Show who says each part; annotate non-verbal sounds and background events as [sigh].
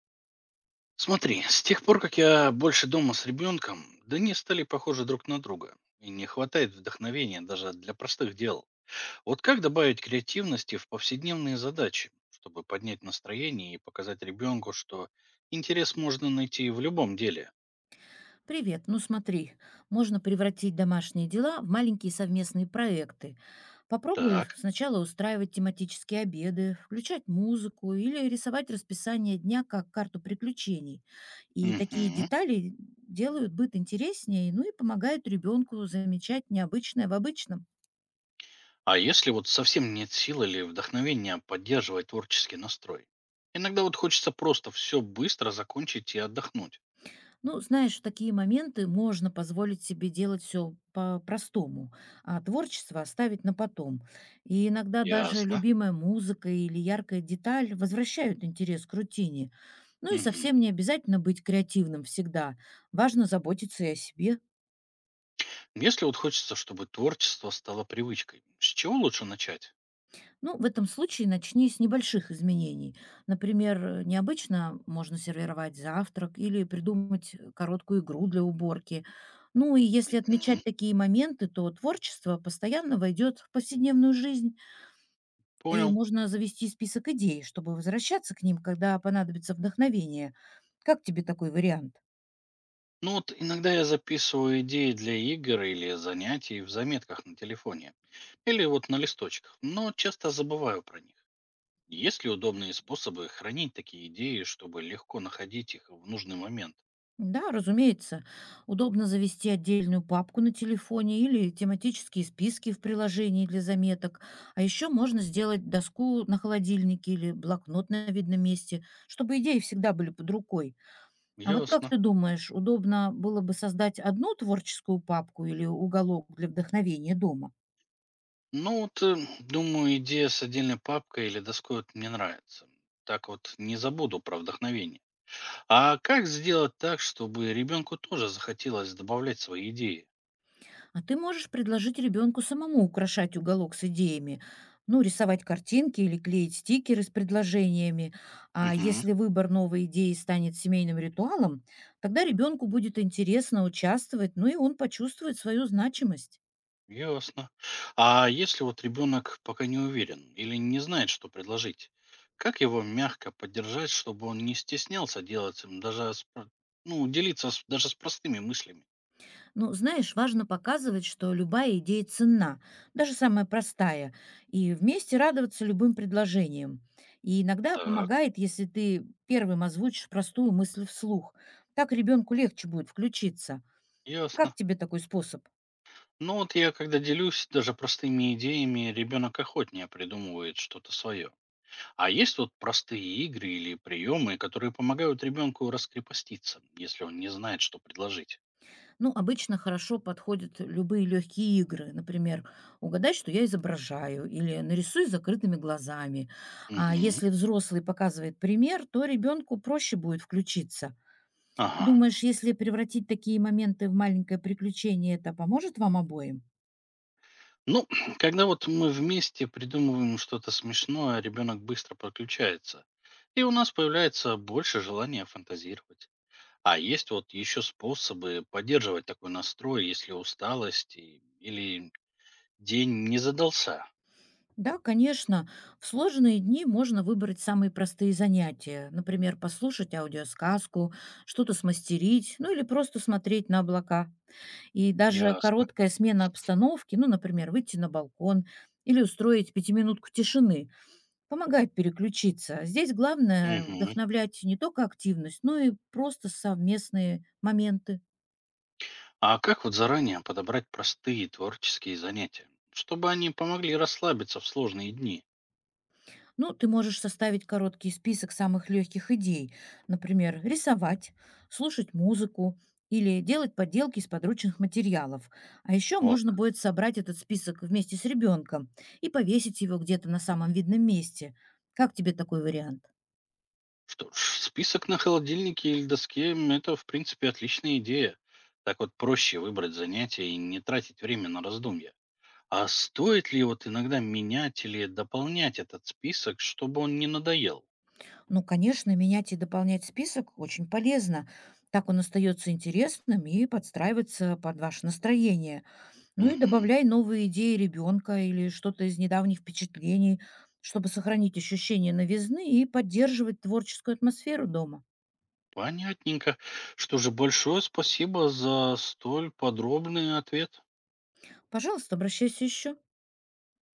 Speaker 1: Смотри, с тех пор, как я больше дома с ребенком, да не стали похожи друг на друга. И не хватает вдохновения даже для простых дел. Вот как добавить креативности в повседневные задачи, чтобы поднять настроение и показать ребенку, что интерес можно найти в любом деле?
Speaker 2: Привет. Ну смотри, можно превратить домашние дела в маленькие совместные проекты. Попробую
Speaker 1: Так.
Speaker 2: сначала устраивать тематические обеды, включать музыку или рисовать расписание дня как карту приключений. И такие
Speaker 1: Мгм.
Speaker 2: детали делают быт интереснее, ну и помогают ребенку замечать необычное в обычном.
Speaker 1: А если вот совсем нет сил или вдохновения поддерживать творческий настрой? Иногда вот хочется просто все быстро закончить и отдохнуть.
Speaker 2: Ну, знаешь, в такие моменты можно позволить себе делать все по-простому, а творчество оставить на потом. И иногда даже
Speaker 1: Ясно.
Speaker 2: любимая музыка или яркая деталь возвращают интерес к рутине. Ну и
Speaker 1: Мгм.
Speaker 2: совсем не обязательно быть креативным всегда. Важно заботиться и о себе.
Speaker 1: Если вот хочется, чтобы творчество стало привычкой, с чего лучше начать?
Speaker 2: Ну, в этом случае начни с небольших изменений. Например, необычно можно сервировать завтрак или придумать короткую игру для уборки. Ну и если
Speaker 1: Мгм.
Speaker 2: отмечать такие моменты, то творчество постоянно войдет в повседневную жизнь, и
Speaker 1: Понял.
Speaker 2: можно завести список идей, чтобы возвращаться к ним, когда понадобится вдохновение. Как тебе такой вариант?
Speaker 1: Ну вот иногда я записываю идеи для игр или занятий в заметках на телефоне. Или вот на листочках, но часто забываю про них. Есть ли удобные способы хранить такие идеи, чтобы легко находить их в нужный момент?
Speaker 2: Да, разумеется. Удобно завести отдельную папку на телефоне или тематические списки в приложении для заметок. А еще можно сделать доску на холодильнике или блокнот на видном месте, чтобы идеи всегда были под рукой. А вот как
Speaker 1: Ясно.
Speaker 2: ты думаешь, удобно было бы создать одну творческую папку или уголок для вдохновения дома?
Speaker 1: Ну вот, думаю, идея с отдельной папкой или доской вот мне нравится. Так вот не забуду про вдохновение. А как сделать так, чтобы ребенку тоже захотелось добавлять свои идеи?
Speaker 2: А ты можешь предложить ребенку самому украшать уголок с идеями, ну, рисовать картинки или клеить стикеры с предложениями. А
Speaker 1: Мгм.
Speaker 2: если выбор новой идеи станет семейным ритуалом, тогда ребенку будет интересно участвовать, ну и он почувствует свою значимость.
Speaker 1: Ясно. А если вот ребенок пока не уверен или не знает, что предложить, как его мягко поддержать, чтобы он не стеснялся делать им даже с про- ну, делиться с- даже с простыми мыслями?
Speaker 2: Ну, знаешь, важно показывать, что любая идея ценна, даже самая простая, и вместе радоваться любым предложениям. И иногда
Speaker 1: Так.
Speaker 2: помогает, если ты первым озвучишь простую мысль вслух. Так ребенку легче будет включиться.
Speaker 1: Ясно.
Speaker 2: Как тебе такой способ?
Speaker 1: Ну вот я когда делюсь даже простыми идеями, ребенок охотнее придумывает что-то свое. А есть вот простые игры или приемы, которые помогают ребенку раскрепоститься, если он не знает, что предложить?
Speaker 2: Ну, обычно хорошо подходят любые легкие игры. Например, угадай, что я изображаю, или нарисуй с закрытыми глазами. А
Speaker 1: Мгм.
Speaker 2: если взрослый показывает пример, то ребенку проще будет включиться.
Speaker 1: Ага.
Speaker 2: Думаешь, если превратить такие моменты в маленькое приключение, это поможет вам обоим?
Speaker 1: Ну, [clears throat] когда вот мы вместе придумываем что-то смешное, ребенок быстро подключается. И у нас появляется больше желания фантазировать. А есть вот еще способы поддерживать такой настрой, если усталость и- или день не задался?
Speaker 2: Да, конечно. В сложные дни можно выбрать самые простые занятия. Например, послушать аудиосказку, что-то смастерить, ну или просто смотреть на облака. И даже
Speaker 1: Ясно.
Speaker 2: короткая смена обстановки, ну, например, выйти на балкон или устроить пятиминутку тишины, помогает переключиться. А здесь главное
Speaker 1: Мгм.
Speaker 2: вдохновлять не только активность, но и просто совместные моменты.
Speaker 1: А как вот заранее подобрать простые творческие занятия, чтобы они помогли расслабиться в сложные дни?
Speaker 2: Ну, ты можешь составить короткий список самых легких идей, например, рисовать, слушать музыку или делать поделки из подручных материалов. А еще
Speaker 1: Вот
Speaker 2: можно
Speaker 1: как.
Speaker 2: будет собрать этот список вместе с ребенком и повесить его где-то на самом видном месте. Как тебе такой вариант?
Speaker 1: Что ж, список на холодильнике или доске– м, это, в принципе, отличная идея. Так вот проще выбрать занятия и не тратить время на раздумья. А стоит ли вот иногда менять или дополнять этот список, чтобы он не надоел?
Speaker 2: Ну, конечно, менять и дополнять список очень полезно. Так он остается интересным и подстраивается под ваше настроение. Ну и
Speaker 1: Мгм.
Speaker 2: добавляй новые идеи ребенка или что-то из недавних впечатлений, чтобы сохранить ощущение новизны и поддерживать творческую атмосферу дома.
Speaker 1: Понятненько. Что же, большое спасибо за столь подробный ответ.
Speaker 2: Пожалуйста, обращайся еще.